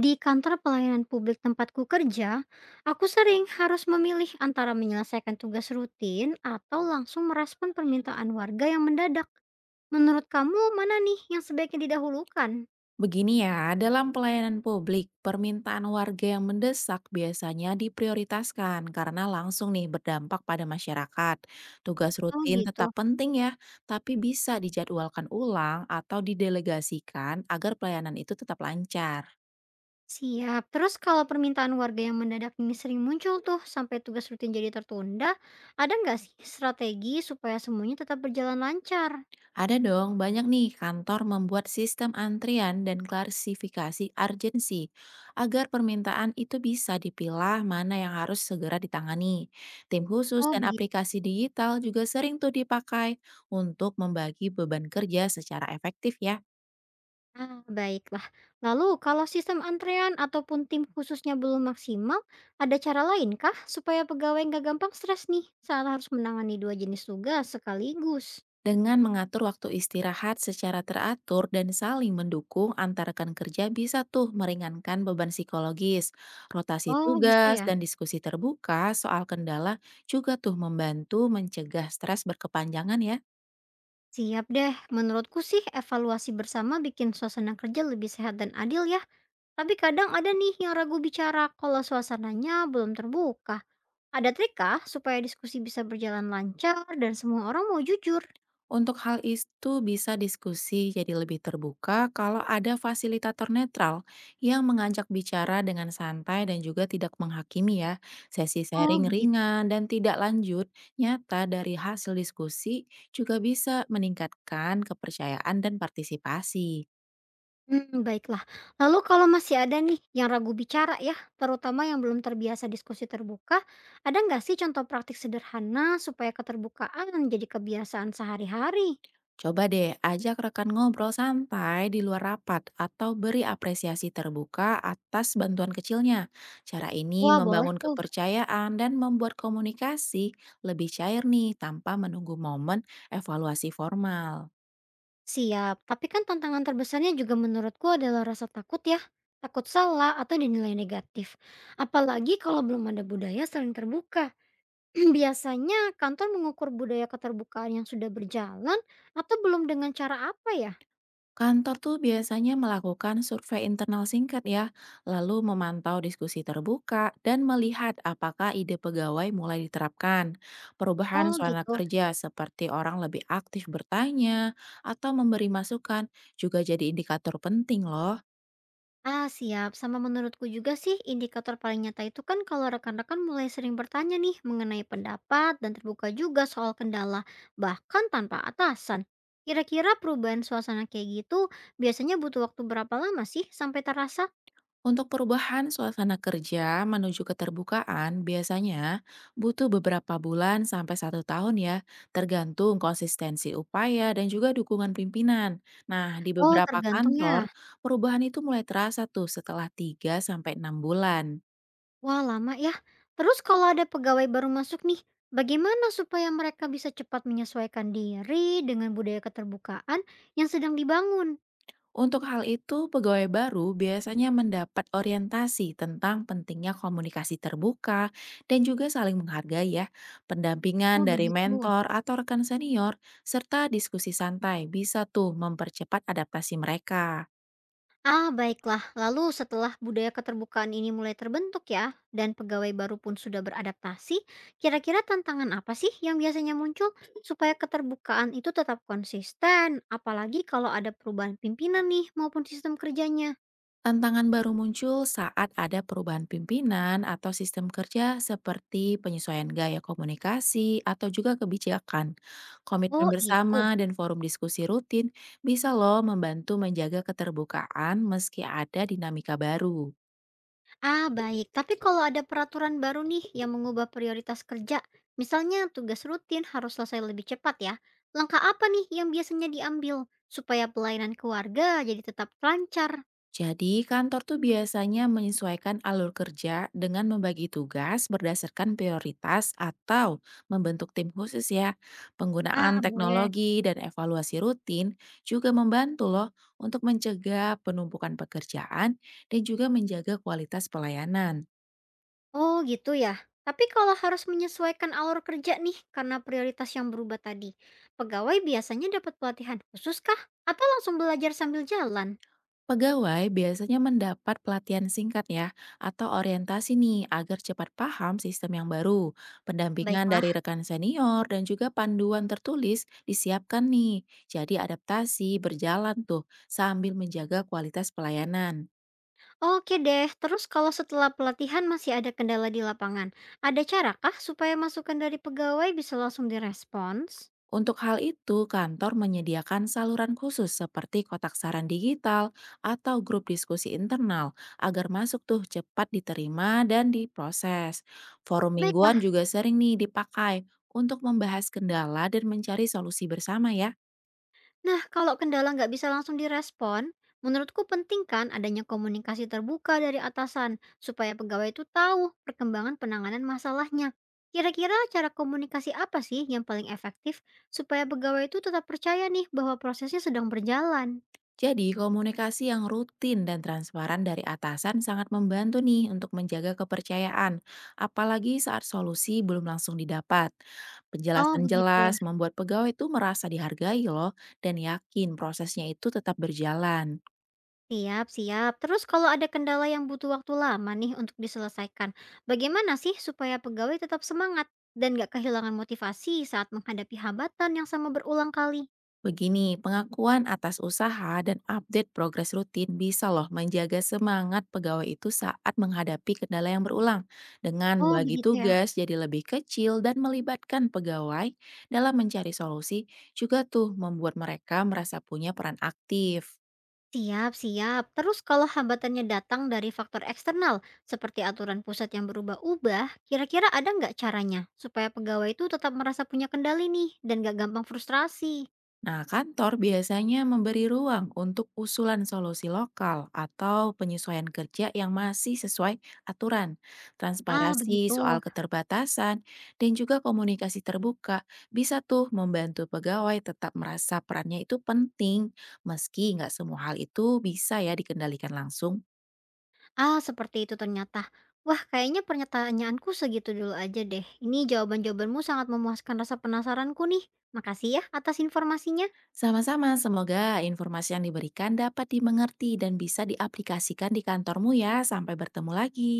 Di kantor pelayanan publik tempatku kerja, aku sering harus memilih antara menyelesaikan tugas rutin atau langsung merespon permintaan warga yang mendadak. Menurut kamu, mana nih yang sebaiknya didahulukan? Begini ya, dalam pelayanan publik, permintaan warga yang mendesak biasanya diprioritaskan karena langsung nih berdampak pada masyarakat. Tugas Oh rutin gitu. tetap penting ya, tapi bisa dijadwalkan ulang atau didelegasikan agar pelayanan itu tetap lancar. Siap. Terus kalau permintaan warga yang mendadak ini sering muncul tuh sampai tugas rutin jadi tertunda, ada nggak sih strategi supaya semuanya tetap berjalan lancar? Ada dong, banyak nih kantor membuat sistem antrian dan klasifikasi urgensi agar permintaan itu bisa dipilah mana yang harus segera ditangani. Tim khusus Oh dan begitu. aplikasi digital juga sering tuh dipakai untuk membagi beban kerja secara efektif ya. Ah, baiklah. Lalu kalau sistem antrean ataupun tim khususnya belum maksimal, ada cara lain kah supaya pegawai nggak gampang stres nih saat harus menangani dua jenis tugas sekaligus? Dengan mengatur waktu istirahat secara teratur dan saling mendukung antar rekan kerja bisa tuh meringankan beban psikologis. Rotasi Oh, bisa tugas ya? dan diskusi terbuka soal kendala juga tuh membantu mencegah stres berkepanjangan ya. Siap deh. Menurutku sih evaluasi bersama bikin suasana kerja lebih sehat dan adil ya. Tapi kadang ada nih yang ragu bicara kalau suasananya belum terbuka. Ada trik kah supaya diskusi bisa berjalan lancar dan semua orang mau jujur? Untuk hal itu bisa diskusi jadi lebih terbuka kalau ada fasilitator netral yang mengajak bicara dengan santai dan juga tidak menghakimi ya. Sesi Oh, sharing begitu. ringan dan tidak lanjut nyata dari hasil diskusi juga bisa meningkatkan kepercayaan dan partisipasi. Hmm, baiklah. Lalu kalau masih ada nih yang ragu bicara ya, terutama yang belum terbiasa diskusi terbuka, ada nggak sih contoh praktik sederhana supaya keterbukaan jadi kebiasaan sehari-hari? Coba deh ajak rekan ngobrol sampai di luar rapat atau beri apresiasi terbuka atas bantuan kecilnya. Cara ini Wah, boleh membangun tuh. kepercayaan dan membuat komunikasi lebih cair nih tanpa menunggu momen evaluasi formal. Siap. Tapi kan tantangan terbesarnya juga menurutku adalah rasa takut ya, takut salah atau dinilai negatif. Apalagi kalau belum ada budaya saling terbuka. Biasanya kantor mengukur budaya keterbukaan yang sudah berjalan atau belum dengan cara apa ya? Kantor tuh biasanya melakukan survei internal singkat ya, lalu memantau diskusi terbuka dan melihat apakah ide pegawai mulai diterapkan. Perubahan Oh, suasana gitu. kerja seperti orang lebih aktif bertanya atau memberi masukan juga jadi indikator penting loh. Ah, siap. Sama menurutku juga sih, indikator paling nyata itu kan kalau rekan-rekan mulai sering bertanya nih mengenai pendapat dan terbuka juga soal kendala, bahkan tanpa atasan. Kira-kira perubahan suasana kayak gitu biasanya butuh waktu berapa lama sih sampai terasa? Untuk perubahan suasana kerja menuju keterbukaan biasanya butuh beberapa bulan sampai 1 tahun ya, tergantung konsistensi upaya dan juga dukungan pimpinan. Nah, di Oh, beberapa tergantung ya. kantor, perubahan itu mulai terasa tuh setelah 3 sampai 6 bulan. Wah, lama ya. Terus kalau ada pegawai baru masuk nih, bagaimana supaya mereka bisa cepat menyesuaikan diri dengan budaya keterbukaan yang sedang dibangun? Untuk hal itu, pegawai baru biasanya mendapat orientasi tentang pentingnya komunikasi terbuka dan juga saling menghargai ya. Pendampingan Oh, dari begitu. mentor atau rekan senior serta diskusi santai bisa tuh mempercepat adaptasi mereka. Ah, baiklah. Lalu setelah budaya keterbukaan ini mulai terbentuk ya, dan pegawai baru pun sudah beradaptasi, kira-kira tantangan apa sih yang biasanya muncul supaya keterbukaan itu tetap konsisten, apalagi kalau ada perubahan pimpinan nih maupun sistem kerjanya? Tantangan baru muncul saat ada perubahan pimpinan atau sistem kerja seperti penyesuaian gaya komunikasi atau juga kebijakan. Komitmen Oh, bersama itu. dan forum diskusi rutin bisa loh membantu menjaga keterbukaan meski ada dinamika baru. Ah, baik. Tapi kalau ada peraturan baru nih yang mengubah prioritas kerja, misalnya tugas rutin harus selesai lebih cepat ya. Langkah apa nih yang biasanya diambil supaya pelayanan keluarga jadi tetap lancar? Jadi, kantor tuh biasanya menyesuaikan alur kerja dengan membagi tugas berdasarkan prioritas atau membentuk tim khusus ya. Ah, Penggunaan boleh. teknologi dan evaluasi rutin juga membantu loh untuk mencegah penumpukan pekerjaan dan juga menjaga kualitas pelayanan. Oh gitu ya. Tapi kalau harus menyesuaikan alur kerja nih karena prioritas yang berubah tadi, pegawai biasanya dapat pelatihan khusus kah? Atau langsung belajar sambil jalan? Pegawai biasanya mendapat pelatihan singkat ya, atau orientasi nih agar cepat paham sistem yang baru. Pendampingan Baiklah. dari rekan senior dan juga panduan tertulis disiapkan nih. Jadi adaptasi berjalan tuh sambil menjaga kualitas pelayanan. Oke deh, terus kalau setelah pelatihan masih ada kendala di lapangan, ada cara kah supaya masukan dari pegawai bisa langsung direspons? Untuk hal itu, kantor menyediakan saluran khusus seperti kotak saran digital atau grup diskusi internal agar masuk tuh cepat diterima dan diproses. Forum Baiklah. mingguan juga sering nih dipakai untuk membahas kendala dan mencari solusi bersama ya. Nah, kalau kendala nggak bisa langsung direspon, menurutku penting kan adanya komunikasi terbuka dari atasan supaya pegawai itu tahu perkembangan penanganan masalahnya. Kira-kira cara komunikasi apa sih yang paling efektif supaya pegawai itu tetap percaya nih bahwa prosesnya sedang berjalan? Jadi, komunikasi yang rutin dan transparan dari atasan sangat membantu nih untuk menjaga kepercayaan, apalagi saat solusi belum langsung didapat. Oh, Penjelasan begitu ya. jelas membuat pegawai itu merasa dihargai loh dan yakin prosesnya itu tetap berjalan. Siap, siap. Terus kalau ada kendala yang butuh waktu lama nih untuk diselesaikan, bagaimana sih supaya pegawai tetap semangat dan nggak kehilangan motivasi saat menghadapi hambatan yang sama berulang kali? Begini, pengakuan atas usaha dan update progres rutin bisa loh menjaga semangat pegawai itu saat menghadapi kendala yang berulang. Dengan Oh, bagi begitu ya. tugas jadi lebih kecil dan melibatkan pegawai dalam mencari solusi, juga tuh membuat mereka merasa punya peran aktif. Siap, siap. Terus kalau hambatannya datang dari faktor eksternal, seperti aturan pusat yang berubah-ubah, kira-kira ada nggak caranya supaya pegawai itu tetap merasa punya kendali nih dan nggak gampang frustrasi? Nah, kantor biasanya memberi ruang untuk usulan solusi lokal atau penyesuaian kerja yang masih sesuai aturan. Ah, Transparansi begitu. soal keterbatasan dan juga komunikasi terbuka bisa tuh membantu pegawai tetap merasa perannya itu penting, meski nggak semua hal itu bisa ya dikendalikan langsung. Ah, seperti itu ternyata. Wah, kayaknya pernyataanku segitu dulu aja deh. Ini jawaban-jawabanmu sangat memuaskan rasa penasaranku nih. Makasih ya atas informasinya. Sama-sama, semoga informasi yang diberikan dapat dimengerti dan bisa diaplikasikan di kantormu ya. Sampai bertemu lagi.